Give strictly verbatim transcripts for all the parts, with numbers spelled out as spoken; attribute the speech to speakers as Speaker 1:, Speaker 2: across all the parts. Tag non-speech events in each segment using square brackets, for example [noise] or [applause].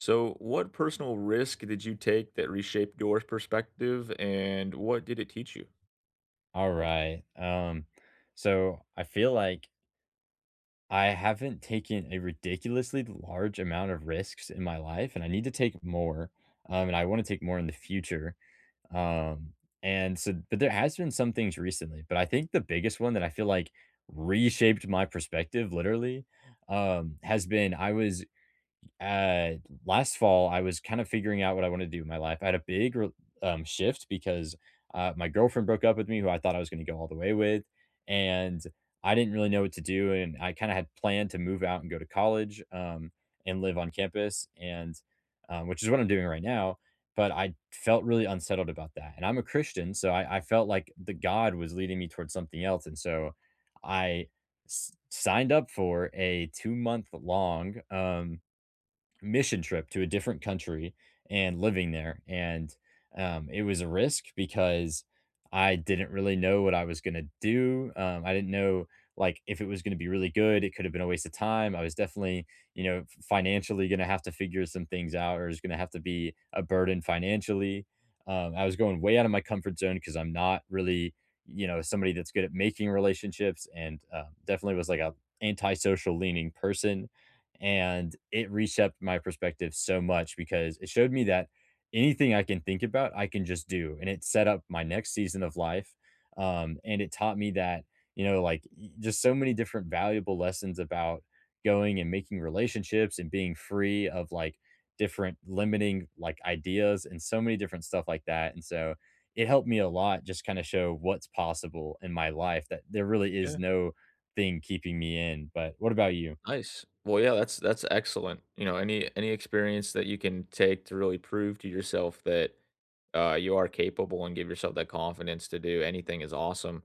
Speaker 1: So, what personal risk did you take that reshaped your perspective, and what did it teach you?
Speaker 2: All right. Um, so I feel like I haven't taken a ridiculously large amount of risks in my life, and I need to take more. Um, and I want to take more in the future. Um, and so, but there has been some things recently, but I think the biggest one that I feel like reshaped my perspective literally um has been I was uh, last fall, I was kind of figuring out what I wanted to do with my life. I had a big re- um, shift because uh, my girlfriend broke up with me, who I thought I was going to go all the way with, and I didn't really know what to do. And I kind of had planned to move out and go to college um, and live on campus, and um, which is what I'm doing right now. But I felt really unsettled about that, and I'm a Christian, so I, I felt like the God was leading me towards something else, and so I s- signed up for a two month long. Um, mission trip to a different country and living there, and, um, it was a risk because I didn't really know what I was gonna do. um, I didn't know, like, if it was gonna be really good, it could have been a waste of time. I was definitely, you know, f financially gonna have to figure some things out, or it's gonna have to be a burden financially. um, I was going way out of my comfort zone because 'cause I'm not really, you know, somebody that's good at making relationships, and, um, definitely was like a antisocial leaning person, and it reshaped my perspective so much because it showed me that anything I can think about, I can just do, and it set up my next season of life. Um, and it taught me that, you know, like y- just so many different valuable lessons about going and making relationships and being free of like different limiting like ideas and so many different stuff like that. And so it helped me a lot, just kind of show what's possible in my life, that there really is
Speaker 1: Yeah.
Speaker 2: no thing keeping me in. But what about you?
Speaker 1: Nice. Well, yeah, that's that's excellent. You know, any any experience that you can take to really prove to yourself that uh, you are capable and give yourself that confidence to do anything is awesome.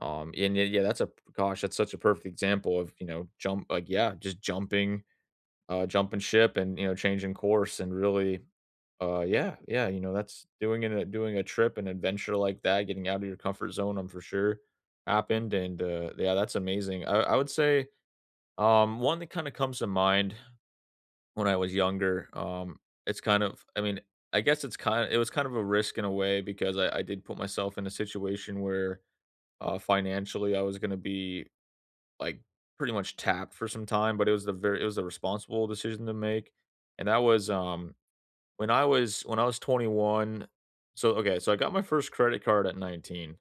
Speaker 1: Um, and yeah, yeah, that's a gosh, that's such a perfect example of you know jump like yeah, just jumping, uh, jumping ship and you know changing course and really Uh, yeah, yeah, you know, that's doing an, a doing a trip, an adventure like that, getting out of your comfort zone, I'm for sure happened, and uh, yeah, that's amazing. I, I would say um, one that kind of comes to mind when I was younger. Um, it's kind of, I mean, I guess it's kind of, it was kind of a risk in a way because I, I did put myself in a situation where uh, financially I was going to be like pretty much tapped for some time, but it was the very, it was a responsible decision to make, and that was um when I was when I was twenty-one. So, okay, so I got my first credit card at nineteen,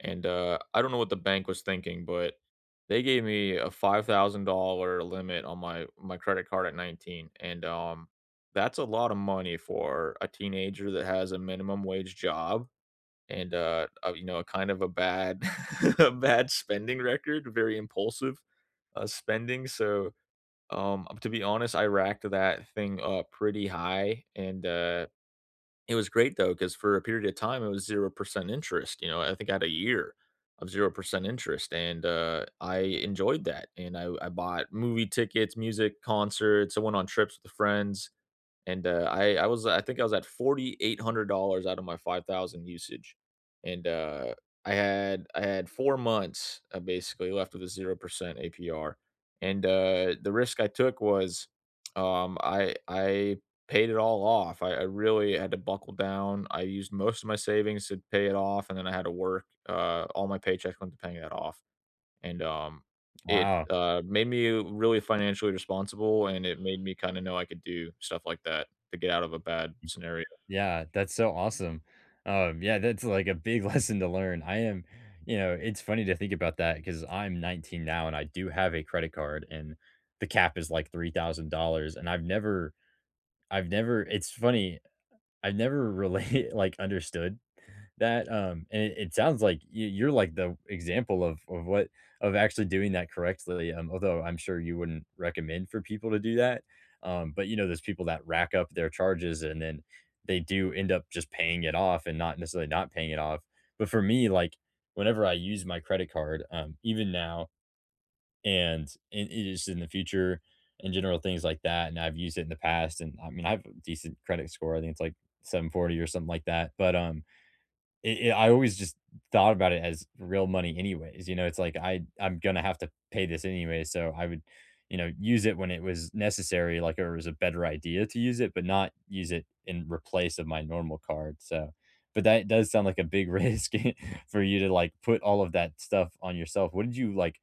Speaker 1: and, uh, I don't know what the bank was thinking, but they gave me a five thousand dollar limit on my my credit card at nineteen, and, um, that's a lot of money for a teenager that has a minimum wage job and, uh, uh, you know, kind of a bad [laughs] a bad spending record, very impulsive, uh, spending, so, um, to be honest, I racked that thing up pretty high, and, uh, it was great though, because for a period of time, it was zero percent interest. You know, I think I had a year of zero percent interest, and, uh, I enjoyed that, and I I bought movie tickets, music concerts, I went on trips with friends, and, uh, I I was I think I was at four thousand eight hundred dollars out of my five thousand usage, and, uh, I had I had four months, uh, basically left with a zero percent A P R, and, uh, the risk I took was, um, I I paid it all off. I I really had to buckle down. I used most of my savings to pay it off, and then I had to work. Uh all my paychecks went to paying that off. And, um, it,
Speaker 2: Wow.
Speaker 1: uh, made me really financially responsible, and it made me kinda know I could do stuff like that to get out of a bad scenario.
Speaker 2: Yeah, that's so awesome. Um, yeah, that's like a big [laughs] lesson to learn. I am, you know, it's funny to think about that because I'm nineteen now and I do have a credit card and the cap is like three thousand dollars and I've never I've never it's funny, I've never really [laughs] like understood that, um and it it sounds like you you're like the example of of what of actually doing that correctly. Um, although I'm sure you wouldn't recommend for people to do that, um, but, you know, there's people that rack up their charges and then they do end up just paying it off and not necessarily not paying it off, but for me, like, whenever I use my credit card, um, even now and and it is in the future and general, things like that, and I've used it in the past, and I mean, I have a decent credit score, I think it's like seven forty or something like that, but, um, it, it, I always just thought about it as real money anyways. You know, it's like I I'm gonna have to pay this anyway, so I would, you know, use it when it was necessary, like or it was a better idea to use it, but not use it in replace of my normal card. So, but that does sound like a big [laughs] risk [laughs] for you to like put all of that stuff on yourself. What did you like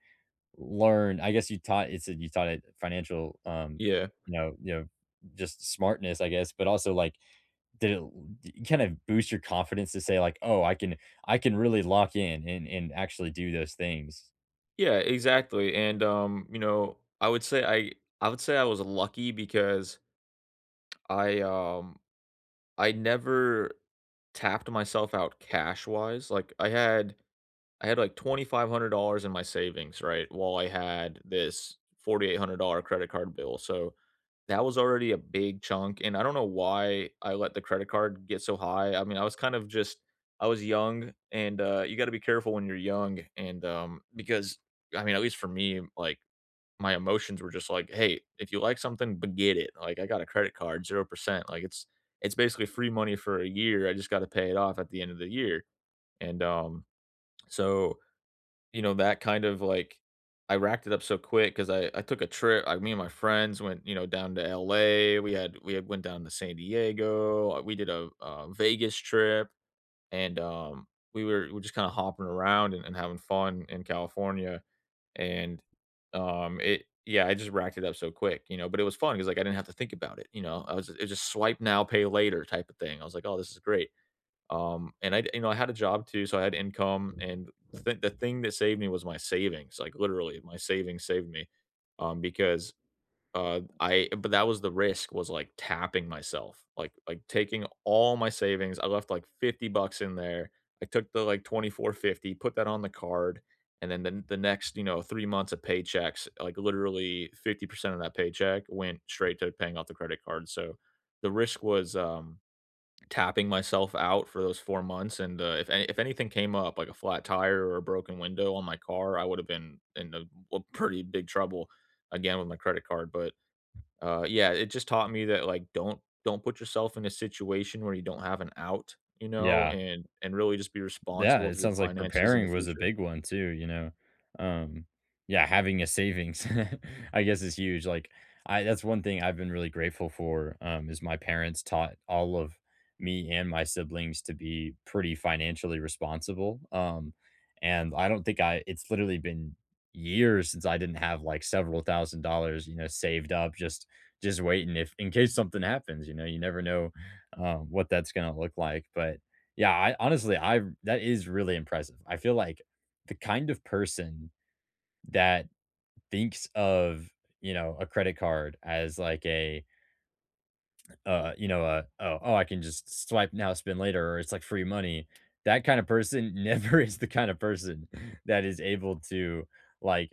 Speaker 2: learn? I guess you taught it, said you taught it financial, um,
Speaker 1: Yeah.
Speaker 2: you know, you know, just smartness, I guess, but also like did it kind of boost your confidence to say like, "Oh, I can I can really lock in and and actually do those things."
Speaker 1: Yeah, exactly, and, um, you know, I would say I I would say I was lucky because I, um, I never tapped myself out cash-wise. Like, I had I had, like, two thousand five hundred dollars in my savings, right, while I had this four thousand eight hundred dollar credit card bill, so that was already a big chunk. And I don't know why I let the credit card get so high. I mean, I was kind of just I was young, and, uh, you gotta be careful when you're young, and, um, because, I mean, at least for me, like, my emotions were just like, "Hey, if you like something, but get it." Like, I got a credit card, zero percent, like, it's it's basically free money for a year, I just gotta pay it off at the end of the year, and, um, so you know, that kind of, like I racked it up so quick because I I took a trip I me and my friends went, you know, down to L A. We had we had went down to San Diego, uh, we did a, uh, Vegas trip, and, um, we were we were just kinda hopping around and and having fun in California, and, um, it yeah, I just racked it up so quick, you know. But it was fun because like, I didn't have to think about it, you know? I was It was just swipe now, pay later type of thing. I was like, "Oh, this is great." Um, and I, you know, I had a job too, so I had income. And the, th- the thing that saved me was my savings. Like literally, my savings saved me, um, because uh, I. But that was the risk, was like tapping myself, like like taking all my savings. I left like fifty bucks in there. I took the like twenty four fifty, put that on the card, and then the, the next you know three months of paychecks, like literally fifty percent of that paycheck went straight to paying off the credit card. So the risk was um tapping myself out for those four months, and, uh, if any if anything came up, like a flat tire or a broken window on my car, I would've been in a a pretty big trouble again with my credit card. But, uh, yeah, it just taught me that, like, don't don't put yourself in a situation where you don't have an out, you know,
Speaker 2: Yeah.
Speaker 1: and and really just be
Speaker 2: Yeah,
Speaker 1: responsible with
Speaker 2: it
Speaker 1: your
Speaker 2: sounds like
Speaker 1: finances in the
Speaker 2: preparing was a
Speaker 1: future.
Speaker 2: big one too, you know? Um, yeah, having a savings, [laughs] I guess is huge. Like I that's one thing I've been really grateful for, um, is my parents taught all of me and my siblings to be pretty financially responsible. Um, and I don't think I it's literally been years since I didn't have like several thousand dollars, you know, saved up, just just waiting if in case something happens, you know, you never know um what that's gonna look like. But yeah, I honestly, I that is really impressive. I feel like the kind of person that thinks of, you know, a credit card as like a, uh, you know, a, oh, oh, I can just swipe now, spend later, or it's like free money. That kind of person [laughs] never is the kind of person that is able to like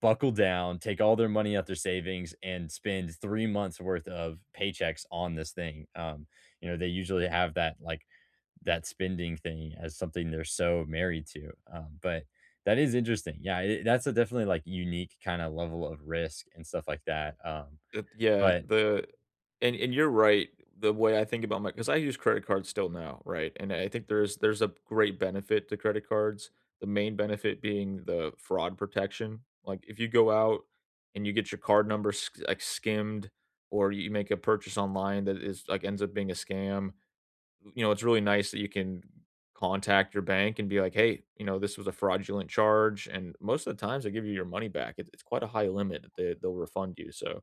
Speaker 2: buckle down, take all their money out their savings, and spend three months worth of paychecks on this thing. Um, you know, they usually have that like that spending thing as something they're so married to. Um, but that is interesting. Yeah, it, that's a definitely like unique kind of level of risk and stuff like that. Um,
Speaker 1: Uh, yeah,
Speaker 2: But
Speaker 1: the and and you're right. The way I think about my, because I use credit cards still now, right? And I think there's there's a great benefit to credit cards. The main benefit being the fraud protection. Like if you go out and you get your card number sk- like skimmed, or you make a purchase online that is like ends up being a scam, you know, it's really nice that you can contact your bank and be like, hey, you know, this was a fraudulent charge. And most of the times they give you your money back. It, it's quite a high limit that they, they'll refund you. So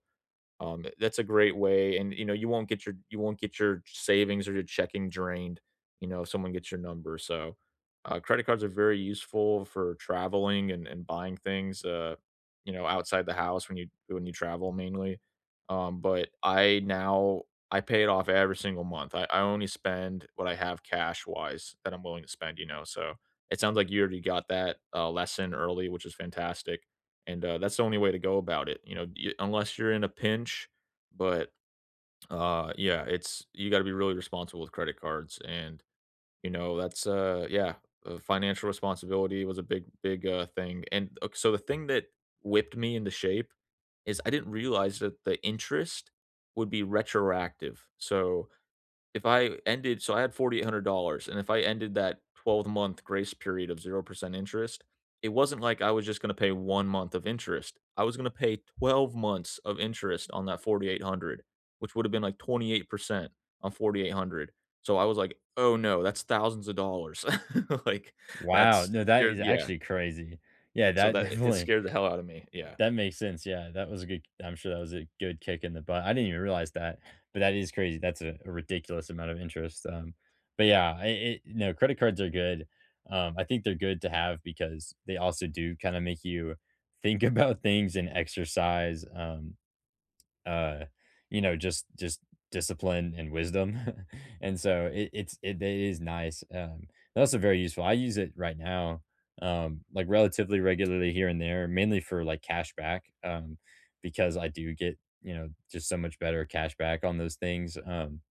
Speaker 1: um, that's a great way, and, you know, you won't get your you won't get your savings or your checking drained, you know, if someone gets your number. So, uh, credit cards are very useful for traveling and and buying things, uh, you know, outside the house when you when you travel mainly, um, but I now I pay it off every single month. I I only spend what I have cash-wise that I'm willing to spend, you know. So it sounds like you already got that, uh, lesson early, which is fantastic, and uh, that's the only way to go about it. You know, y- unless you're in a pinch, but uh, yeah, it's you got to be really responsible with credit cards, and you know that's uh, yeah, uh, financial responsibility was a big big uh, thing. And uh, so the thing that whipped me into shape is I didn't realize that the interest would be retroactive. So if I ended so I had four thousand eight hundred dollars and if I ended that twelve-month grace period of zero percent interest, it wasn't like I was just gonna pay one month of interest. I was gonna pay twelve months of interest on that forty-eight hundred, which would have been like twenty-eight percent on forty-eight hundred. So I was like, "Oh, no. That's thousands of dollars." [laughs] Like,
Speaker 2: wow,
Speaker 1: that's
Speaker 2: no, that
Speaker 1: scared
Speaker 2: is
Speaker 1: yeah.
Speaker 2: actually crazy. Yeah,
Speaker 1: So
Speaker 2: that [laughs]
Speaker 1: that it
Speaker 2: definitely
Speaker 1: scared the hell out of me. Yeah.
Speaker 2: that makes sense. Yeah, that was a good, I'm sure that was a good kick in the butt, I didn't even realize that, but that is crazy, that's a a ridiculous amount of interest. Um, but yeah, I it, no, credit cards are good. um, I think they're good to have because they also do kinda make you think [laughs] about things and exercise, um, uh, you know, just just discipline and wisdom. [laughs] And so it it's it it is nice. Um, that's also very useful. I use it right now, um, like relatively regularly here and there, mainly for like cash back, um, because I do get, you know, just so much better cash back on those things. Um,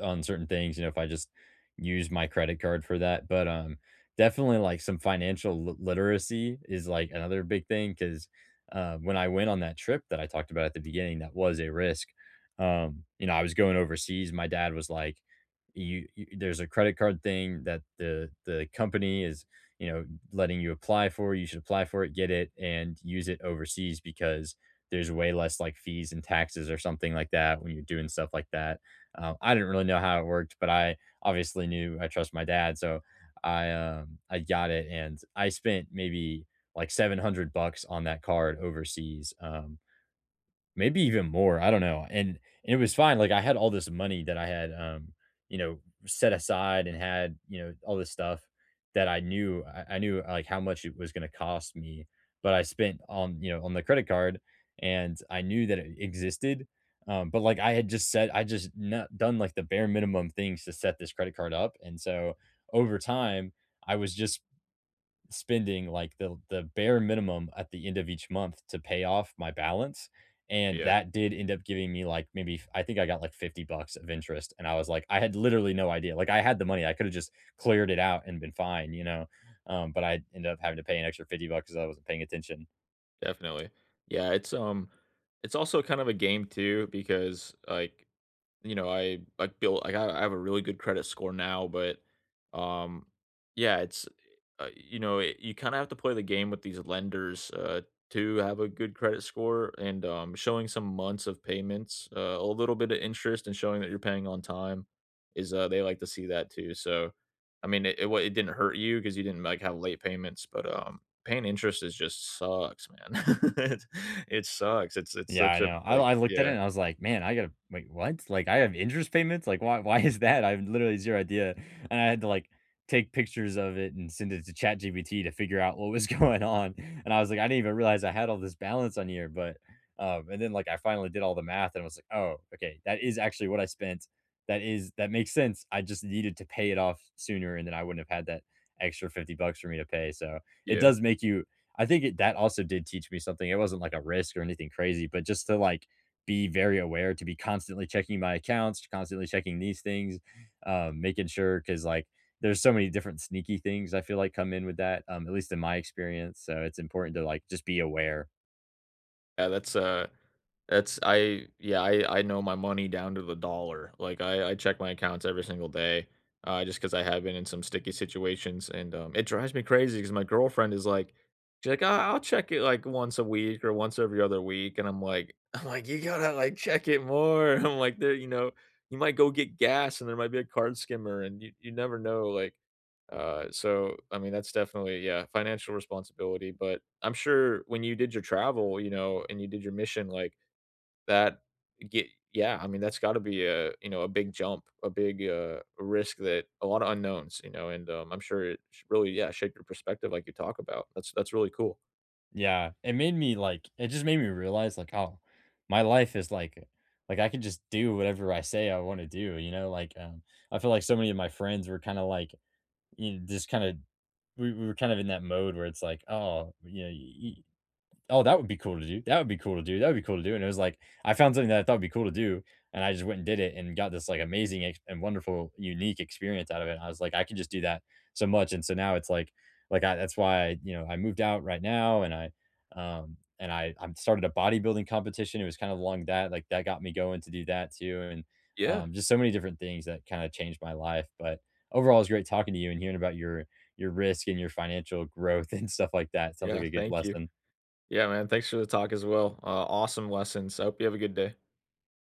Speaker 2: on certain things, you know, if I just use my credit card for that. But um, definitely like some financial lit- literacy is like another big thing because, uh, when I went on that trip that I talked about at the beginning, that was a risk. Um, you know, I was going overseas. My dad was like, you, you there's a credit card thing that the the company is, you know, letting you apply for, you should apply for it, get it, and use it overseas because there's way less like fees and taxes or something like that when you're doing stuff like that. um, I didn't really know how it worked, but I obviously knew I trust my dad, so I, um, I got it, and I spent maybe like seven hundred bucks on that card overseas, um, Maybe even more, I don't know, and and it was fine, like, I had all this money that I had, um, you know, set aside and had, you know, all this stuff that I knew I I knew, like, how much it was gonna cost me, but I spent on, you know, on the credit card, and I knew that it existed, um, but, like, I had just said I just not done, like, the bare minimum things to set this credit card up, and so over time, I was just spending like the the bare minimum at the end of each month to pay off my balance. And
Speaker 1: Yeah.
Speaker 2: that did end up giving me like maybe I think I got like fifty bucks of interest. And I was like, I had literally no idea. Like I had the money. I could have just cleared it out and been fine, you know. Um, but I ended up having to pay an extra fifty bucks because I wasn't paying attention.
Speaker 1: Definitely. Yeah. It's, um it's also kind of a game too because, like, you know, I I built like I I have a really good credit score now, but um yeah, it's uh, you know, it, you kind of have to play the game with these lenders uh to have a good credit score, and um showing some months of payments, uh, a little bit of interest, and showing that you're paying on time is uh they like to see that too. So I mean, it it, wa- it didn't hurt you because you didn't like have late payments, but um paying interest is just sucks, man. [laughs] it, it sucks. It's it's
Speaker 2: Yeah, I
Speaker 1: such a
Speaker 2: know. I
Speaker 1: like
Speaker 2: I looked at it
Speaker 1: yeah,
Speaker 2: and I was like, "Man, I gotta wait, what? Like, I have interest payments? Like, why why is that?" I have literally zero idea, and I had to, like, take pictures of it and send it to ChatGPT to figure out what was [laughs] going on, and I was like, "I didn't even realize I had all this balance on here," but, um and then, like, I finally did all the math and I was like, "Oh, okay, that is actually what I spent. That is that makes sense. I just needed to pay it off sooner, and then I wouldn't have had that extra fifty bucks for me to pay," so, it
Speaker 1: yeah.
Speaker 2: does make you, I think it, that also did teach me something. It wasn't like a risk or anything crazy, but just to like be very aware, to be constantly checking my accounts, constantly checking these things, um, making sure because like there's so many different sneaky things I feel like come in with that, um, at least in my experience. So it's important to like just be aware.
Speaker 1: Yeah, that's, uh that's I yeah, I I know my money down to the dollar. Like, I I check my accounts every single day, uh, because I have been in some sticky situations, and, um, it drives me crazy because my girlfriend is like she's like, "Ah, I'll check it, like, once a week or once every other week," and I'm like [laughs] I'm like, "You gotta, like, check it more." [laughs] I'm like, "There," you know, "You might go get gas, and there might be a card skimmer, and you you never know," like uh, so I mean, that's definitely yeah, financial responsibility. But I'm sure when you did your travel, you know, and you did your mission like that, get yeah, I mean, that's got to be a you know a big jump, a big uh, risk, that a lot of unknowns, you know, and um, I'm sure it sh- really yeah shaped your perspective like you talk about. That's that's really cool.
Speaker 2: Yeah, it made me like it just made me realize like, oh, my life is like like I can just do whatever I say I want to do, you know? Like um I feel like so many of my friends were kind of like, you know, just kind of we, we were kind of in that mode where it's like, oh, you know, you, oh, that would be cool to do. That would be cool to do. That would be cool to do. And it was like I found something that I thought would be cool to do, and I just went and did it, and got this like amazing ex- and wonderful, unique experience out of it. And I was like, I could just do that so much, and so now it's like, like I, that's why I, you know, I moved out right now, and I, um, and I I started a bodybuilding competition. It was kind of along that, like that got me going to do that too, and
Speaker 1: Yeah,
Speaker 2: um, just so many different things that kind of changed my life. But overall, it's great talking to you and hearing about your your risk and your financial growth [laughs] and stuff like that. Sounds like
Speaker 1: yeah,
Speaker 2: a good
Speaker 1: thank you.
Speaker 2: lesson.
Speaker 1: Yeah, man, thanks for the talk as well. Uh, awesome lessons. I hope you have a good day.